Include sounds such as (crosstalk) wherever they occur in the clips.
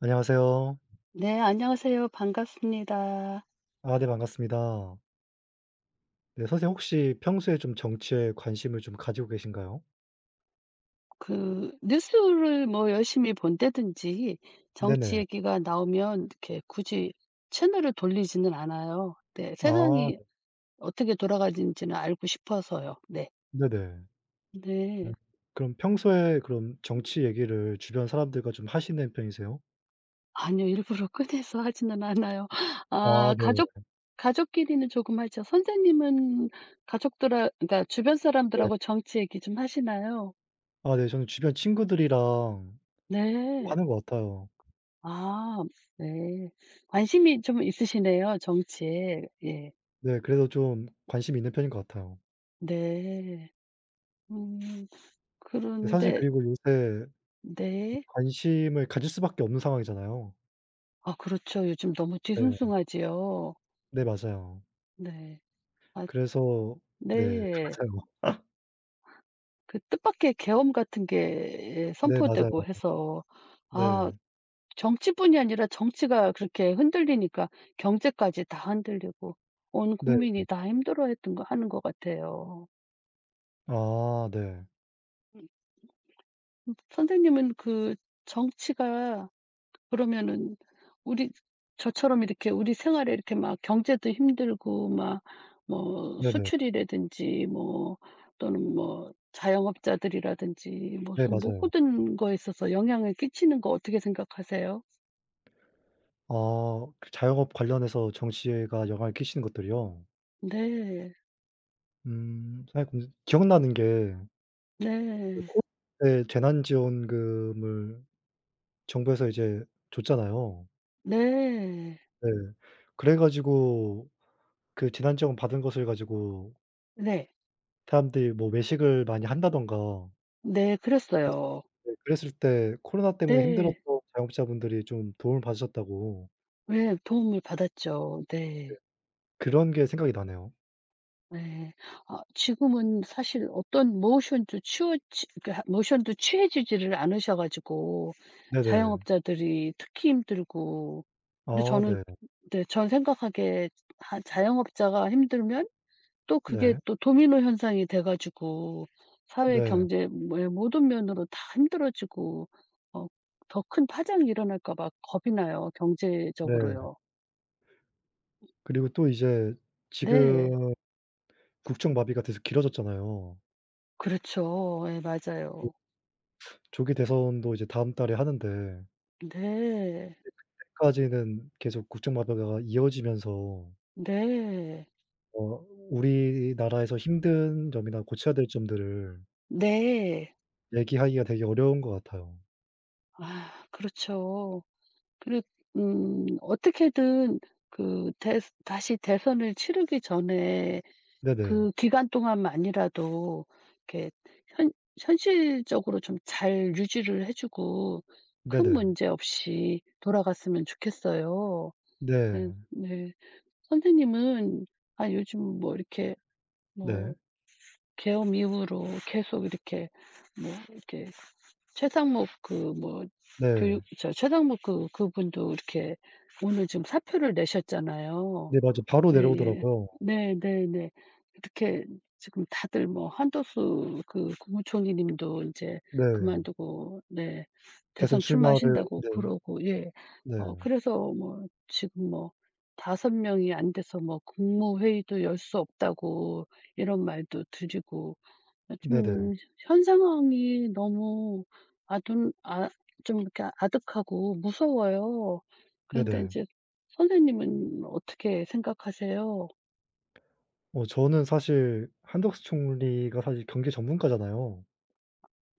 안녕하세요. 네, 안녕하세요. 반갑습니다. 아, 네, 반갑습니다. 네, 선생님, 혹시 평소에 좀 정치에 관심을 좀 가지고 계신가요? 그 뉴스를 뭐 열심히 본다든지 정치 네네. 얘기가 나오면 이렇게 굳이 채널을 돌리지는 않아요. 네, 아, 세상이 네. 어떻게 돌아가는지는 알고 싶어서요. 네. 네네. 네. 음. 그럼 평소에 그럼 정치 얘기를 주변 사람들과 좀 하시는 편이세요? 아니요. 일부러 (laughs) 꺼내서 하지는 않아요. (laughs) 아, 아, 네. 가족끼리는 조금 하죠. 선생님은 가족들하 그러니까 주변 네. 사람들하고 정치 얘기 좀 하시나요? 아, 네, 저는 주변 친구들이랑 네. 하는 것 같아요. 아 네. 관심이 좀 있으시네요, 정치에. 예. 네, 그래서 좀 관심이 있는 편인 것 같아요. 네. 음 네, 사실 그런데 그리고 요새 네. 관심을 가질 수밖에 없는 상황이잖아요. 아 그렇죠. 요즘 너무 네. 뒤숭숭하지요. 네, 맞아요. 네. 아 그래서 네, (laughs) 네. 맞아요. 그 뜻밖의 계엄 같은 게 네, 맞아요. 선포되고 해서 아 네. 정치뿐이 아니라 정치가 그렇게 흔들리니까 경제까지 다 흔들리고 온 네. 국민이 다 힘들어했던 거 하는 것 같아요. 아, 네. 음. 선생님은 그 정치가 그러면은 우리 저처럼 이렇게 우리 생활에 이렇게 막 경제도 힘들고 막 뭐 네네. 수출이라든지 뭐 또는 뭐 자영업자들이라든지 네, 무슨 뭐 맞아요. 모든 거에 있어서 영향을 끼치는 거 어떻게 생각하세요? 아, 그 자영업 관련해서 정치가 영향을 끼치는 것들이요? 네. 음, (unintelligible) 기억나는 게 그 네. 코로나 때 재난지원금을 정부에서 이제 줬잖아요. 네. 네. 그래 가지고 그 재난지원금 받은 것을 가지고 네. 사람들이 뭐 외식을 많이 한다든가 네. 그래서 그랬어요. 네, 그랬을 때 코로나 때문에 네. 힘들었던 자영업자분들이 좀 도움을 받으셨다고 왜 도움을 받았죠. 네. 그런 게 생각이 나네요. 네. 아 지금은 사실 어떤 모션도 치워 치 그러니까 모션도 취해지지를 않으셔 가지고 네네. 자영업자들이 특히 힘들고 근데 아, 저는 네. 네 전 생각하기에 하 자영업자가 힘들면 또 그게 네. 또 도미노 현상이 돼 가지고 사회 네. 경제 뭐 예, 모든 면으로 다 힘들어지고 어 더 큰 파장이 일어날까 봐 겁이 나요, 네. 경제적으로요. 그리고 또 이제 네. 지금 국정마비가 계속 길어졌잖아요. 그렇죠. 네, 맞아요. 조기 대선도 이제 다음 달에 하는데 네. 그때까지는 계속 국정마비가 이어지면서 네. 어, 우리나라에서 힘든 점이나 고쳐야 될 점들을 네. 얘기하기가 되게 어려운 것 같아요. 아 그렇죠. 그리고 어떻게든 그 대 다시 대선을 치르기 전에 네네. 그 기간 동안만이라도 이렇게 현 현실적으로 좀 잘 유지를 해 주고 큰 네네. 문제 없이 돌아갔으면 좋겠어요. 네 네. 네. 선생님은 아 요즘 뭐 이렇게 네. 뭐 계엄 이후로 계속 이렇게 뭐 이렇게 최상목 그 뭐 교육 네. 저 최상목 그분도 이렇게 오늘 지금 사표를 내셨잖아요. 네, 맞아요. 바로 예예. 내려오더라고요. 네네네. 이렇게 지금 다들 뭐 한도수 그 국무총리 님도 인제 네. 그만두고 네 대선 대선 출마를 출마하신다고 네. 그러고 예. 네. 어 그래서 뭐 지금 뭐섯 명이 안 돼서 뭐 "국무회의도 열 수 없다."고 이런 말도 드리고 아 네네. 좀 현 상황이 너무 아둔 아 좀 이렇게 아득하고 무서워요. 그런데 이 네네. 제 선생님은 어떻게 생각하세요? 어, 저는 사실 한덕수 총리가 사실 경제 전문가잖아요.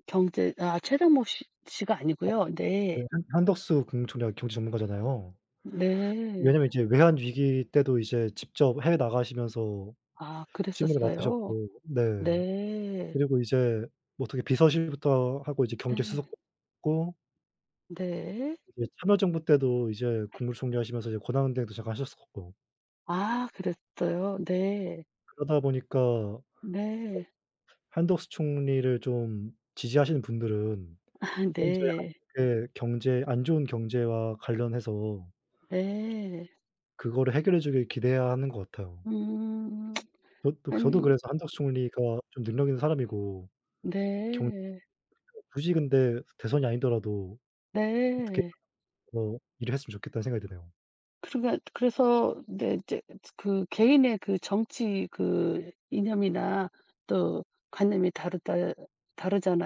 경제 아 최정모 씨 씨가 아니고요. 네. 네. 한 한덕수 금무총리가 경제 전문가잖아요. 네. 왜냐면 이제 외환 위기 때도 이제 직접 해외 나가시면서 아 실무를 그랬었어요. 맡으셨고 네. 네. 그리고 이제 뭐 어떻게 비서실부터 하고 이제 경제 수석도 네. 했고 네. 이제 참여정부 때도 이제 국무총리 하시면서 이제 권한대행도 잠깐 하셨었고 아 그랬어요. 네. 그러다 보니까 네. 한덕수 총리를 좀 지지하시는 분들은 (laughs) 아 현재 네. 한국의 경제 안 좋은 경제와 관련해서 네. 그거를 해결해 주길 기대해야 하는 것 같아요. 음. 저도 아니 그래서 한덕수 총리가 좀 능력 있는 사람이고 경 네. 굳이 근데 대선이 아니더라도 어떻게 네. 해서 일을 했으면 좋겠다는 생각이 드네요. 그러니까 그래서 네 이제 그 개인의 그 정치 그 이념이나 또 관념이 다르다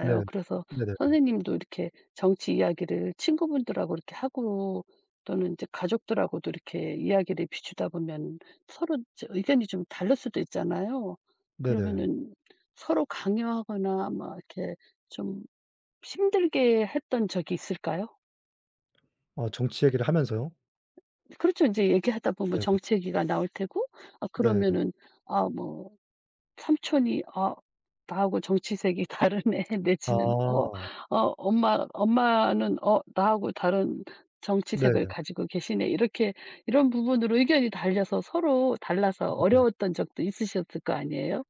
네. 그래서 네네. 선생님도 이렇게 정치 이야기를 친구분들하고 이렇게 하고 또는 이제 가족들하고도 이렇게 이야기를 비추다 보면 서로 이제 의견이 좀 다를 수도 있잖아요. 네네. 그러면은 서로 강요하거나 막 이렇게 좀 힘들게 했던 적이 있을까요? 아, 정치 얘기를 하면서요? 그렇죠. 인제 얘기하다 보면 네. 정치 얘기가 나올 테고 아 네. 네. 그러면은 아 뭐 삼촌이 '아 나하고 정치색이 (laughs) 다르네.' 내지는 어 아. 어 엄마는 어 나하고 다른 네. 정치색을 가지고 계시네.' 이렇게 이런 부분으로 의견이 달려서 서로 달라서 네네. 네, 어려웠던 적도 있으셨을 거 아니에요?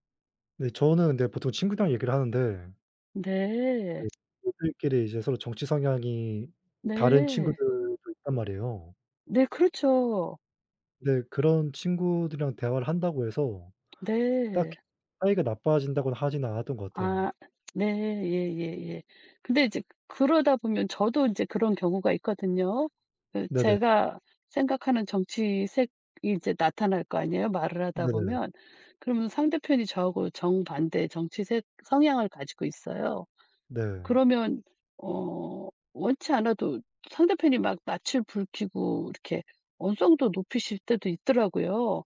네, 저는 근데 보통 친구랑 얘기를 하는데 네. 네, 친구들끼리 이제 서로 정치 성향이 다른 네. 친구들도 있단 말이에요. 네 그렇죠. 근데 그런 친구들이랑 대화를 한다고 해서 네. 딱히 사이가 나빠진다고는 하지는 않았던 것 같아요. 아 네. 예예예. 근데 이제 그러다 보면 저도 이제 그런 경우가 있거든요. 그 네네. 제가 생각하는 정치색이 이제 나타날 거 아니에요, 말을 하다 네네. 보면. 그러면 상대편이 저하고 정반대 정치색 성향을 가지고 있어요. 네, 그러면 어 원치 않아도 상대편이 막 낯을 불키고 이렇게 언성도 높이실 때도 있더라고요.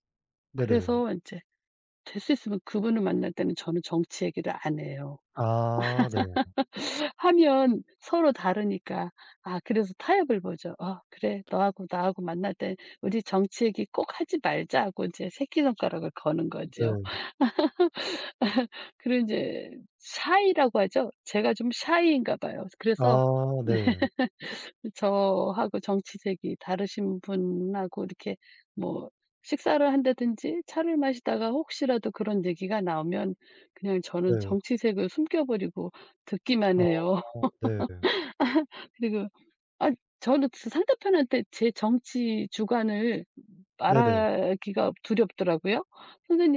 네네. 그래서 이제 될 수 있으면 그분을 만날 때는 저는 정치 얘기를 안 해요. 아, 네. 하면 서로 다르니까. 아 그래서 타협을 보죠. 어, 그래. 너하고 나하고 만날 때 우리 정치 얘기 꼭 하지 말자."고 이제 새끼손가락을 거는 거죠. 네. 그리고 이제 shy라고 하죠. 제가 좀 shy인가 봐요. 그래서 아, 네. (laughs) 저하고 정치색이 다르신 분하고 이렇게 뭐 식사를 한다든지 차를 마시다가 혹시라도 그런 얘기가 나오면 그냥 저는 네. 정치색을 숨겨 버리고 듣기만 아, 해요. 네. (laughs) 그리고 아 저는 그 상대편한테 제 정치 주관을 네네. 말하기가 두렵더라고요.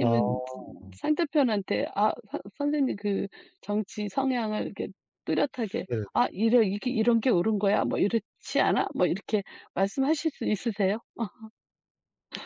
아, 상대편한테 아 선 선생님 그 정치 성향을 이렇게 뚜렷하게 네. "아 이래 이게 이런 게 옳은 거야." 뭐 "이렇지 않아?" 뭐 이렇게 말씀하실 수 있으세요? (laughs)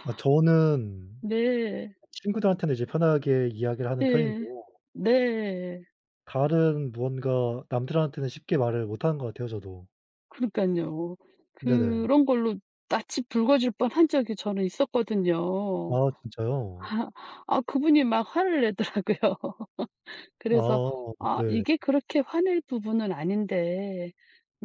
아, 저는 네, 친구들한테는 이제 편하게 이야기를 하는 네. 예. 편인데요. 네. 다른 무언가 남들한테는 쉽게 말을 못하는 것 같아요 저도. 그러니깐요. 네네. 그런 걸로 낯이 붉어질 뻔한 적이 저는 있었거든요. 아, 진짜요? (laughs) 아 그분이 막 화를 내더라고요. 그래서 아, 아 네. 이게 그렇게 화낼 부분은 아닌데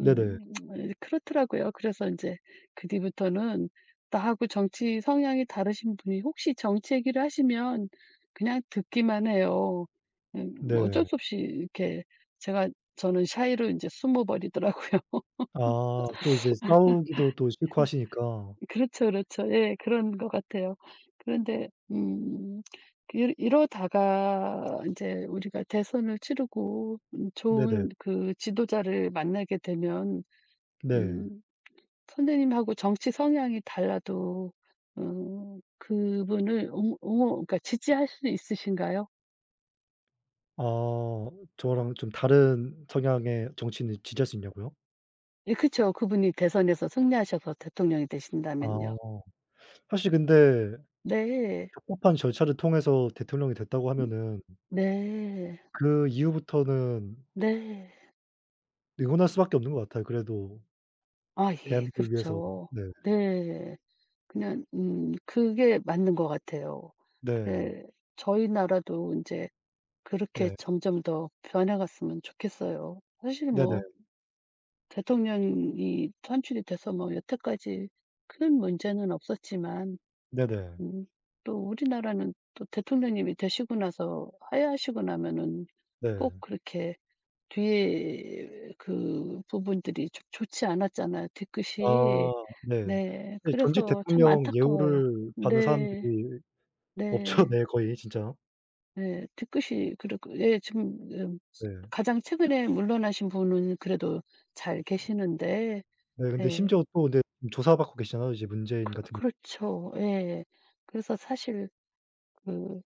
네네. (tsk) 그렇더라고요. 그래서 이제 그 뒤부터는 나하고 정치 성향이 다르신 분이 혹시 정치 얘기를 하시면 그냥 듣기만 해요. 뭐 어쩔 네. 수 없이 이렇게 제가 저는 샤이로 이제 숨어 버리더라고요. 아, 또 이제 싸우기도 또 싫고 하시니까. 그렇죠, 그렇죠. 예. 그런 것 같아요. 그런데 그 이러다가 이제 우리가 대선을 치르고 네네. 좋은 그 지도자를 만나게 되면 네. 음 선생님하고 정치 성향이 달라도 그분을 옹 옹호 그러니까 지지할 수 있으신가요? 어, 저랑 좀 다른 성향의 정치인을 지지할 수 있냐고요? 예그죠 그분이 대선에서 승리하셔서 대통령이 되신다면요. 아. 사실 근데 네. 적법한 절차를 통해서 대통령이 됐다고 음 하면은 네. 그 이후부터는 네. 응원할 수밖에 없는 것 같아요 그래도 아 예. 대한민국을 위해서. 그렇죠. 네. 네. 그냥 그게 맞는 것 같아요. 네. 그래 저희 나라도 인제 그렇게 네. 점점 더 변해갔으면 좋겠어요. 사실 네, 네. 뭐 대통령이 선출이 돼서 뭐 여태까지 큰 문제는 없었지만 네, 네. 음 또 우리나라는 또 대통령님이 되시고 나서 하야하시고 나면은 꼭 네. 그렇게 뒤에 그 부분들이 좀 좋지 않았잖아요, 아, 뒤끝이. 네. 네. 이 전직 그래서 참 대통령 안타까워요. 예우를 받는 네. 사람들이 없죠. 네. 네, 거의 진짜. 네, 뒤끝이 그렇고 예 지금 네. 가장 최근에 물러나신 분은 그래도 잘 계시는데 네, 근데 예. 심지어 또 네, 조사받고 계시잖아요 이제 문재인 같은 그렇죠. 예. 그래서 사실 그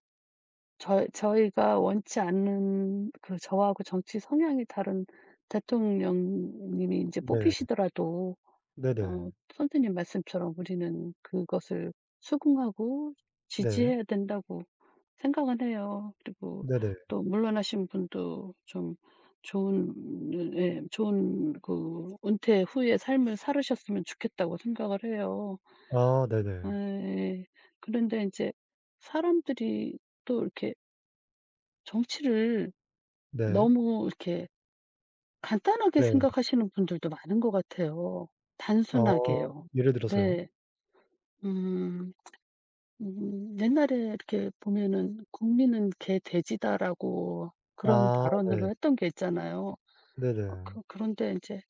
저희가 원치 않는 그 저하고 정치 성향이 다른 대통령님이 인제 네. 뽑히시더라도 네, 네. 어 선생님 말씀처럼 우리는 그것을 수긍하고 네. 지지해야 된다고 생각은 해요. 그리고 네네. 또 물러나신 분도 좀 좋은 그 은퇴 후의 삶을 살으셨으면 좋겠다고 생각을 해요. 아, 네네. 예 그런데 이제 사람들이 또 이렇게 정치를 네. 너무 이렇게 간단하게 네. 생각하시는 분들도 많은 것 같아요. 어, 단순하게요. 예를 들어서요? 네. 음. 옛날에 이렇게 보면은 "국민은 개, 돼지다."라고 그런 아, 네. 발언을 했던 게 있잖아요. 어 네네. 그런데 이제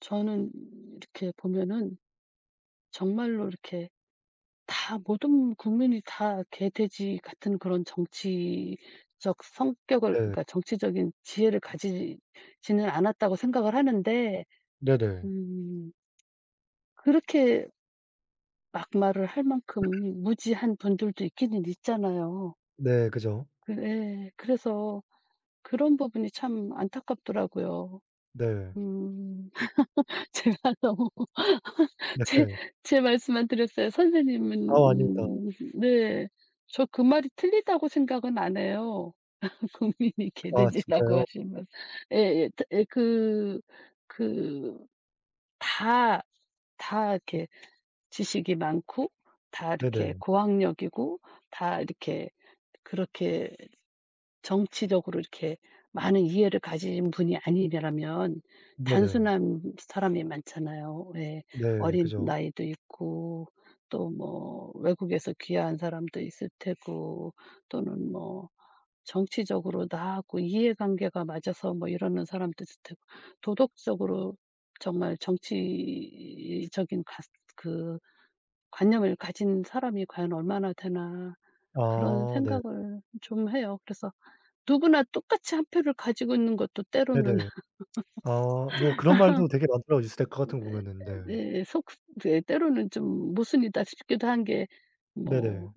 저는 이렇게 보면은 정말로 이렇게 다 모든 국민이 다 개, 돼지 같은 그런 정치적 성격을 네, 그러니까 정치적인 지혜를 가지지는 않았다고 생각을 하는데 네네. 음 그렇게 막말을 할 만큼 무지한 분들도 있기는 있잖아요. 네, 그죠. 그 예. 그래서 그런 부분이 참 안타깝더라고요. 네. 음. (laughs) 제가 네. 제 말씀만 드렸어요. 선생님은 아우, 아닙니다. 네. 저 그 말이 틀리다고 생각은 안 해요. (laughs) 국민이 아, 개돼지라고 진짜요? 하시면. 예예. 예 예, 그 그 다, 다 이렇게 지식이 많고 다 이렇게 네네. 고학력이고 다 이렇게 그렇게 정치적으로 이렇게 많은 이해를 가진 분이 아니라면 네네. 단순한 사람이 많잖아요. 왜 네, 어린 그죠. 나이도 있고 또 뭐 외국에서 귀화한 사람도 있을 테고 또는 뭐 정치적으로 나하고 이해관계가 맞아서 뭐 이러는 사람도 있을 테고 도덕적으로 정말 정치적인 가 그 관념을 가진 사람이 과연 얼마나 되나 그런 아, 네. 생각을 좀 해요. 그래서 누구나 똑같이 한 표를 가지고 있는 것도 때로는 네네. (laughs) 아, 뭐 그런 말도 되게 많더라고요 뉴스데카 같은 거 보면은. 네. 예 속 예 때로는 좀 모순이다 싶기도 한게뭐 네네.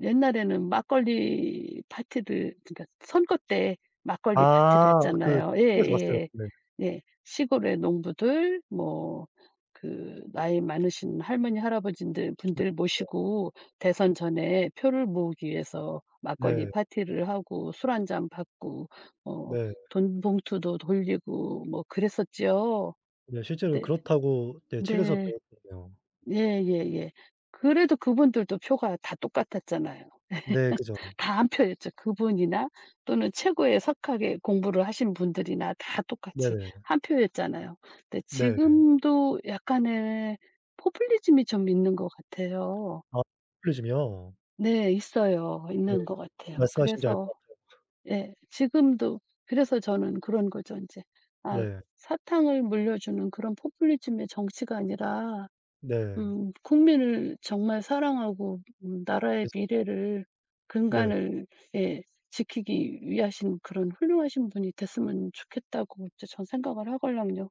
옛날에는 막걸리 파티를 그러니까 선거 때 아, 막걸리 파티를 그 했잖아요. 책에서 봤어요. 예예. 네. 예. 예. 시골의 농부들 뭐 그 나이 많으신 할머니 할아버지들 네. 분들 모시고 대선 전에 표를 모으기 위해서 막걸리 네. 파티를 하고 술 한 잔 받고 어 네. 돈 봉투도 돌리고 뭐 그랬었지요. 네, 실제로 네. 그렇다고 네, 책에서 네. 배웠거든요. 예예예. 그래도 그분들도 표가 다 똑같았잖아요. 네, 그죠. 다 안 펴졌죠. 그분이나 또는 최고의 석학의 공부를 하신 분들이나 다 똑같이 네네. 한 표였잖아요. 근데 네. 지금도 약간의 포퓰리즘이 좀 있는 것 같아요. 아, 포퓰리즘이요? 네. 있어요. 네. 있는 것 같아요. 말씀하시는지 알 그래서 것 예. 지금도 그래서 저는 그런 거죠 이제 아 같아요. 네. 사탕을 물려주는 그런 포퓰리즘의 정치가 아니라 네. 국민을 정말 사랑하고 나라의 그죠. 미래를 네. 근간을 예 지키기 위하신 그런 훌륭하신 분이 됐으면 좋겠다고 이제 전 생각을 하걸랑요.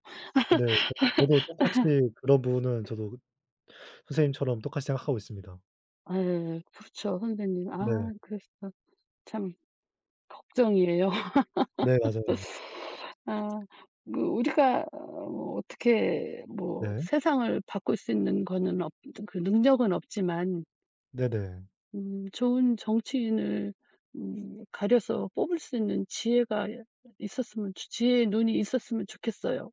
네. 저도 똑같이 그런 부분은 저도 선생님처럼 똑같이 생각하고 있습니다. 아 그렇죠 선생님. 네. 아 그래서 참 걱정이에요. (laughs) 네, 맞아요. 아 그 우리가 뭐 어떻게 뭐 네. 세상을 바꿀 수 있는 거는 없 그 능력은 없지만 네네. 네, 좋은 정치인을 가려서 뽑을 수 있는 지혜가 있었으면 좋 지혜의 눈이 있었으면 좋겠어요.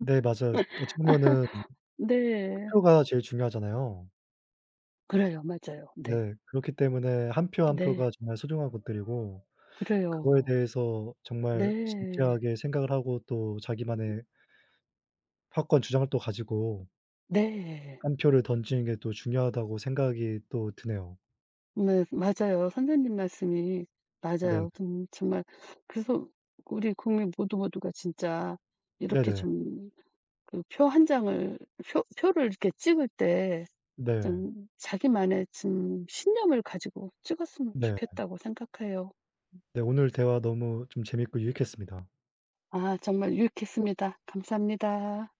네, 맞아요. 어찌 보면은 네. 표가 제일 중요하잖아요. 그래요. 맞아요. 네. 네. 그렇기 때문에 한 표 한 네. 표가 정말 소중한 것들이고 그거에 그래요. 대해서 정말 네. 진지하게 생각을 하고 또 자기만의 확고한 주장을 또 가지고 네. 한 표를 던지는 게 또 중요하다고 생각이 또 드네요. 네. 맞아요. 선생님 말씀이 네. 맞아요. 좀 정말 그래서 우리 국민 모두 모두가 진짜 이렇게 네네. 좀 그 표 한 장을 표 표를 이렇게 찍을 때 네. 네. 좀 자기만의 좀 신념을 가지고 찍었으면 네. 좋겠다고 생각해요. 네, 오늘 대화 너무 좀 재밌고 유익했습니다. 아 정말 유익했습니다. 감사합니다.